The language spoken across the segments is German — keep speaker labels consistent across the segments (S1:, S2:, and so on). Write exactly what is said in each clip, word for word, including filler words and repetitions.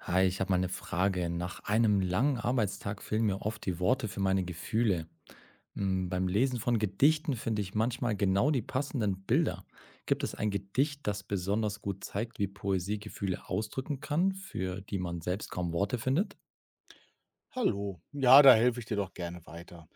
S1: Hi, ich habe mal eine Frage. Nach einem langen Arbeitstag fehlen mir oft die Worte für meine Gefühle. Hm, Beim Lesen von Gedichten finde ich manchmal genau die passenden Bilder. Gibt es ein Gedicht, das besonders gut zeigt, wie Poesie Gefühle ausdrücken kann, für die man selbst kaum Worte findet?
S2: Hallo, ja, da helfe ich dir doch gerne weiter.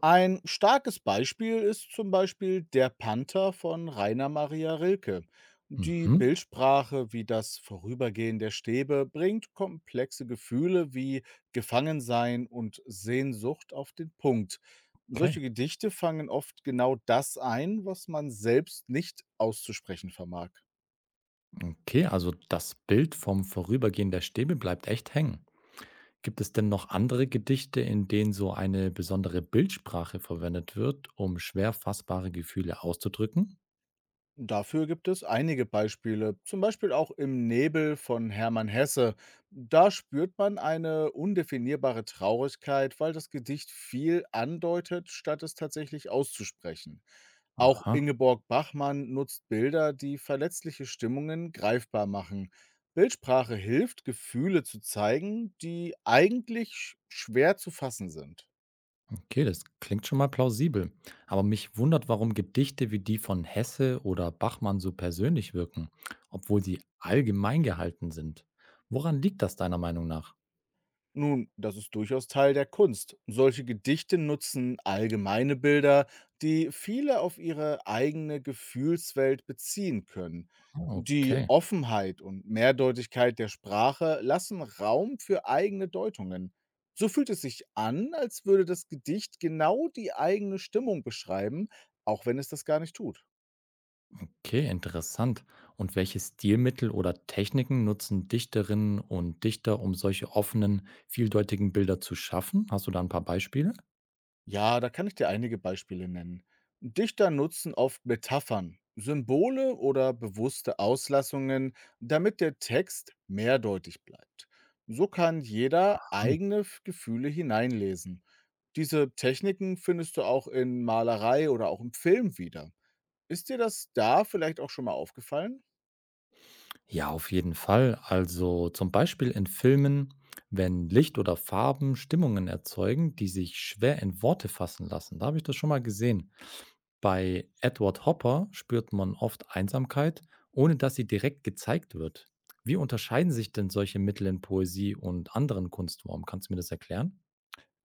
S2: Ein starkes Beispiel ist zum Beispiel Der Panther von Rainer Maria Rilke. Die
S1: Mhm.
S2: Bildsprache wie das Vorübergehen der Stäbe bringt komplexe Gefühle wie Gefangensein und Sehnsucht auf den Punkt.
S1: Okay.
S2: Solche Gedichte fangen oft genau das ein, was man selbst nicht auszusprechen vermag.
S1: Okay, also das Bild vom Vorübergehen der Stäbe bleibt echt hängen. Gibt es denn noch andere Gedichte, in denen so eine besondere Bildsprache verwendet wird, um schwer fassbare Gefühle auszudrücken?
S2: Dafür gibt es einige Beispiele, zum Beispiel auch im Nebel von Hermann Hesse. Da spürt man eine undefinierbare Traurigkeit, weil das Gedicht viel andeutet, statt es tatsächlich auszusprechen. Auch
S1: Aha,
S2: Ingeborg Bachmann nutzt Bilder, die verletzliche Stimmungen greifbar machen. Bildsprache hilft, Gefühle zu zeigen, die eigentlich sch- schwer zu fassen sind.
S1: okay, das klingt schon mal plausibel. Aber mich wundert, warum Gedichte wie die von Hesse oder Bachmann so persönlich wirken, obwohl sie allgemein gehalten sind. Woran liegt das deiner Meinung nach?
S2: Nun, das ist durchaus Teil der Kunst. Solche Gedichte nutzen allgemeine Bilder, die viele auf ihre eigene Gefühlswelt beziehen können. Die
S1: Okay,
S2: Offenheit und Mehrdeutigkeit der Sprache lassen Raum für eigene Deutungen. So fühlt es sich an, als würde das Gedicht genau die eigene Stimmung beschreiben, auch wenn es das gar nicht tut.
S1: okay, interessant. Und welche Stilmittel oder Techniken nutzen Dichterinnen und Dichter, um solche offenen, vieldeutigen Bilder zu schaffen? Hast du da ein paar Beispiele?
S2: Ja, da kann ich dir einige Beispiele nennen. Dichter nutzen oft Metaphern, Symbole oder bewusste Auslassungen, damit der Text mehrdeutig bleibt. So kann jeder eigene F- Gefühle hineinlesen. Diese Techniken findest du auch in Malerei oder auch im Film wieder. Ist dir das da vielleicht auch schon mal aufgefallen?
S1: Ja, auf jeden Fall. Also zum Beispiel in Filmen, wenn Licht oder Farben Stimmungen erzeugen, die sich schwer in Worte fassen lassen. Da habe ich das schon mal gesehen. Bei Edward Hopper spürt man oft Einsamkeit, ohne dass sie direkt gezeigt wird. Wie unterscheiden sich denn solche Mittel in Poesie und anderen Kunstformen? Kannst du mir das erklären?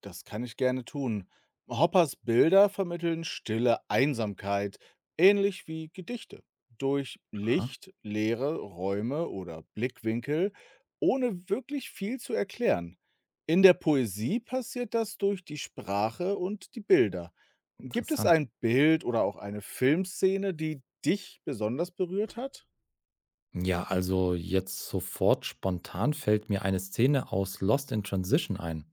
S2: Das kann ich gerne tun. Hoppers Bilder vermitteln stille Einsamkeit, ähnlich wie Gedichte. Durch
S1: Aha,
S2: Licht, leere Räume oder Blickwinkel, ohne wirklich viel zu erklären. In der Poesie passiert das durch die Sprache und die Bilder. Gibt es
S1: interessant.
S2: ein Bild oder auch eine Filmszene, die dich besonders berührt hat?
S1: Ja, also jetzt sofort spontan fällt mir eine Szene aus Lost in Transition ein.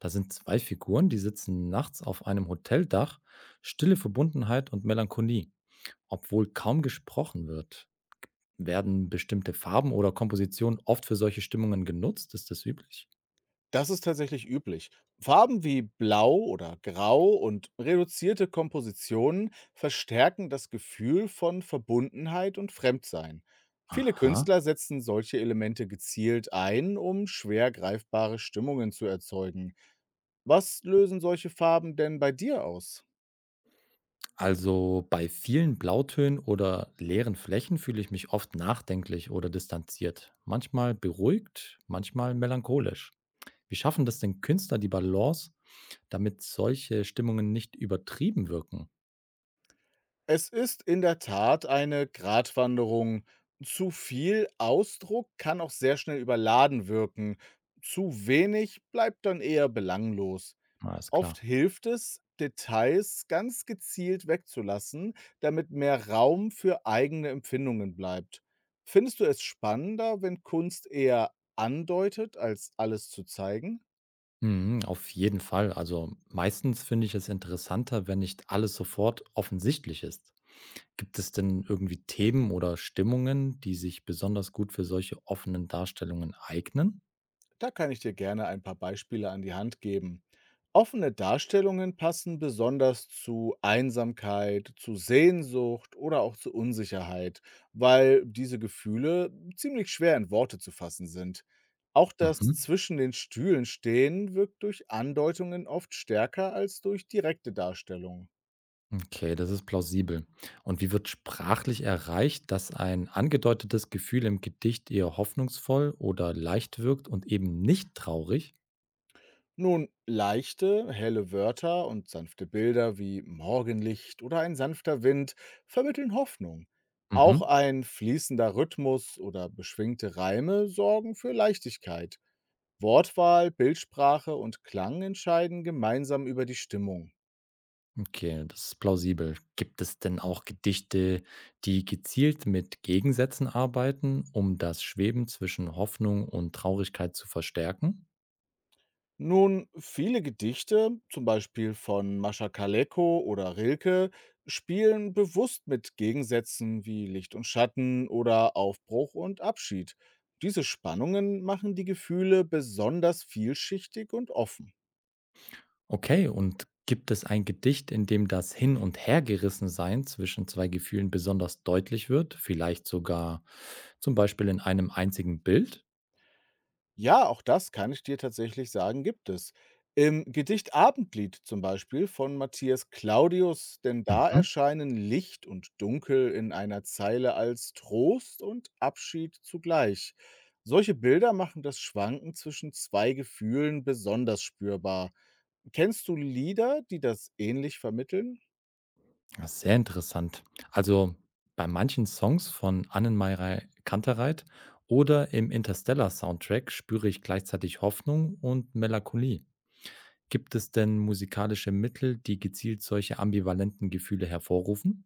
S1: Da sind zwei Figuren, die sitzen nachts auf einem Hoteldach, stille Verbundenheit und Melancholie. Obwohl kaum gesprochen wird, werden bestimmte Farben oder Kompositionen oft für solche Stimmungen genutzt. Ist das üblich?
S2: Das ist tatsächlich üblich. Farben wie Blau oder Grau und reduzierte Kompositionen verstärken das Gefühl von Verbundenheit und Fremdsein. Viele
S1: Aha.
S2: Künstler setzen solche Elemente gezielt ein, um schwer greifbare Stimmungen zu erzeugen. Was lösen solche Farben denn bei dir aus?
S1: Also bei vielen Blautönen oder leeren Flächen fühle ich mich oft nachdenklich oder distanziert. Manchmal beruhigt, manchmal melancholisch. Wie schaffen das denn Künstler die Balance, damit solche Stimmungen nicht übertrieben wirken?
S2: Es ist in der Tat eine Gratwanderung. Zu viel Ausdruck kann auch sehr schnell überladen wirken. Zu wenig bleibt dann eher belanglos.
S1: Na, ist
S2: Oft
S1: klar.
S2: hilft es, Details ganz gezielt wegzulassen, damit mehr Raum für eigene Empfindungen bleibt. Findest du es spannender, wenn Kunst eher andeutet, als alles zu zeigen?
S1: Mhm, auf jeden Fall. Also meistens finde ich es interessanter, wenn nicht alles sofort offensichtlich ist. Gibt es denn irgendwie Themen oder Stimmungen, die sich besonders gut für solche offenen Darstellungen eignen?
S2: Da kann ich dir gerne ein paar Beispiele an die Hand geben. Offene Darstellungen passen besonders zu Einsamkeit, zu Sehnsucht oder auch zu Unsicherheit, weil diese Gefühle ziemlich schwer in Worte zu fassen sind. Auch das
S1: Mhm.
S2: zwischen den Stühlen stehen wirkt durch Andeutungen oft stärker als durch direkte Darstellungen.
S1: Okay, das ist plausibel. Und wie wird sprachlich erreicht, dass ein angedeutetes Gefühl im Gedicht eher hoffnungsvoll oder leicht wirkt und eben nicht traurig?
S2: Nun, leichte, helle Wörter und sanfte Bilder wie Morgenlicht oder ein sanfter Wind vermitteln Hoffnung. Auch
S1: Mhm.
S2: ein fließender Rhythmus oder beschwingte Reime sorgen für Leichtigkeit. Wortwahl, Bildsprache und Klang entscheiden gemeinsam über die Stimmung.
S1: Okay, das ist plausibel. Gibt es denn auch Gedichte, die gezielt mit Gegensätzen arbeiten, um das Schweben zwischen Hoffnung und Traurigkeit zu verstärken?
S2: Nun, viele Gedichte, zum Beispiel von Mascha Kaleko oder Rilke, spielen bewusst mit Gegensätzen wie Licht und Schatten oder Aufbruch und Abschied. Diese Spannungen machen die Gefühle besonders vielschichtig und offen.
S1: Okay, und gibt es ein Gedicht, in dem das Hin- und Hergerissensein zwischen zwei Gefühlen besonders deutlich wird? Vielleicht sogar zum Beispiel in einem einzigen Bild?
S2: Ja, auch das kann ich dir tatsächlich sagen, gibt es. Im Gedicht Abendlied zum Beispiel von Matthias Claudius, denn da
S1: Mhm.
S2: erscheinen Licht und Dunkel in einer Zeile als Trost und Abschied zugleich. Solche Bilder machen das Schwanken zwischen zwei Gefühlen besonders spürbar. Kennst du Lieder, die das ähnlich vermitteln?
S1: Ja, sehr interessant. Also bei manchen Songs von Annenmay Kantereit oder im Interstellar-Soundtrack spüre ich gleichzeitig Hoffnung und Melancholie. Gibt es denn musikalische Mittel, die gezielt solche ambivalenten Gefühle hervorrufen?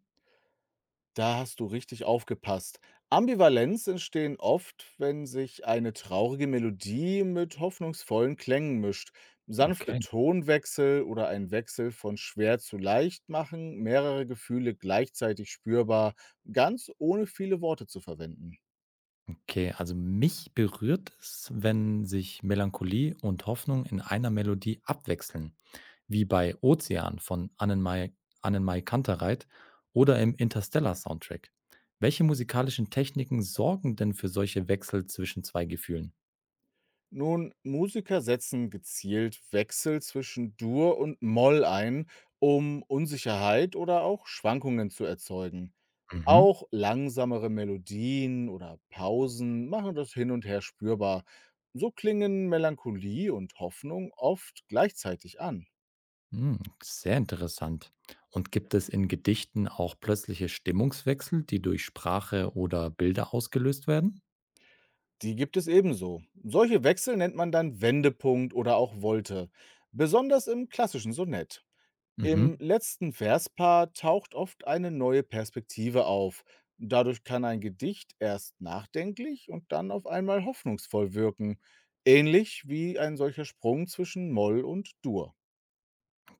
S2: Da hast du richtig aufgepasst. Ambivalenz entstehen oft, wenn sich eine traurige Melodie mit hoffnungsvollen Klängen mischt. Sanfte
S1: Okay.
S2: Tonwechsel oder ein Wechsel von schwer zu leicht machen mehrere Gefühle gleichzeitig spürbar, ganz ohne viele Worte zu verwenden.
S1: Okay, also mich berührt es, wenn sich Melancholie und Hoffnung in einer Melodie abwechseln, wie bei Ozean von Annenmai Annenmai Kantereit oder im Interstellar-Soundtrack. Welche musikalischen Techniken sorgen denn für solche Wechsel zwischen zwei Gefühlen?
S2: Nun, Musiker setzen gezielt Wechsel zwischen Dur und Moll ein, um Unsicherheit oder auch Schwankungen zu erzeugen.
S1: Mhm.
S2: Auch langsamere Melodien oder Pausen machen das hin und her spürbar. So klingen Melancholie und Hoffnung oft gleichzeitig an.
S1: Hm, sehr interessant. Und gibt es in Gedichten auch plötzliche Stimmungswechsel, die durch Sprache oder Bilder ausgelöst werden?
S2: Die gibt es ebenso. Solche Wechsel nennt man dann Wendepunkt oder auch Volte, besonders im klassischen Sonett.
S1: Mhm.
S2: Im letzten Verspaar taucht oft eine neue Perspektive auf. Dadurch kann ein Gedicht erst nachdenklich und dann auf einmal hoffnungsvoll wirken, ähnlich wie ein solcher Sprung zwischen Moll und Dur.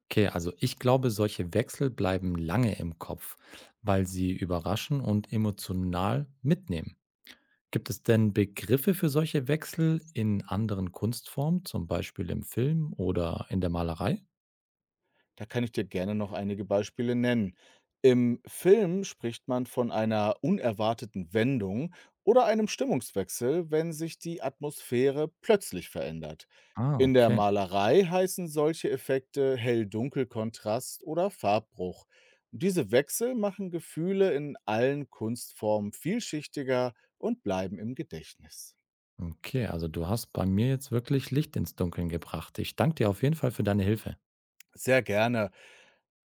S1: Okay, also ich glaube, solche Wechsel bleiben lange im Kopf, weil sie überraschen und emotional mitnehmen. Gibt es denn Begriffe für solche Wechsel in anderen Kunstformen, zum Beispiel im Film oder in der Malerei?
S2: Da kann ich dir gerne noch einige Beispiele nennen. Im Film spricht man von einer unerwarteten Wendung oder einem Stimmungswechsel, wenn sich die Atmosphäre plötzlich verändert.
S1: Ah,
S2: In der
S1: okay.
S2: Malerei heißen solche Effekte Hell-Dunkel-Kontrast oder Farbbruch. Diese Wechsel machen Gefühle in allen Kunstformen vielschichtiger und bleiben im Gedächtnis.
S1: Okay, also du hast bei mir jetzt wirklich Licht ins Dunkeln gebracht. Ich danke dir auf jeden Fall für deine Hilfe.
S2: Sehr gerne.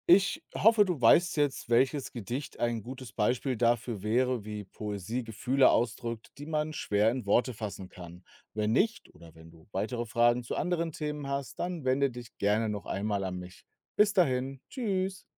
S2: Ich hoffe, du weißt jetzt, welches Gedicht ein gutes Beispiel dafür wäre, wie Poesie Gefühle ausdrückt, die man schwer in Worte fassen kann. Wenn nicht oder wenn du weitere Fragen zu anderen Themen hast, dann wende dich gerne noch einmal an mich. Bis dahin, tschüss.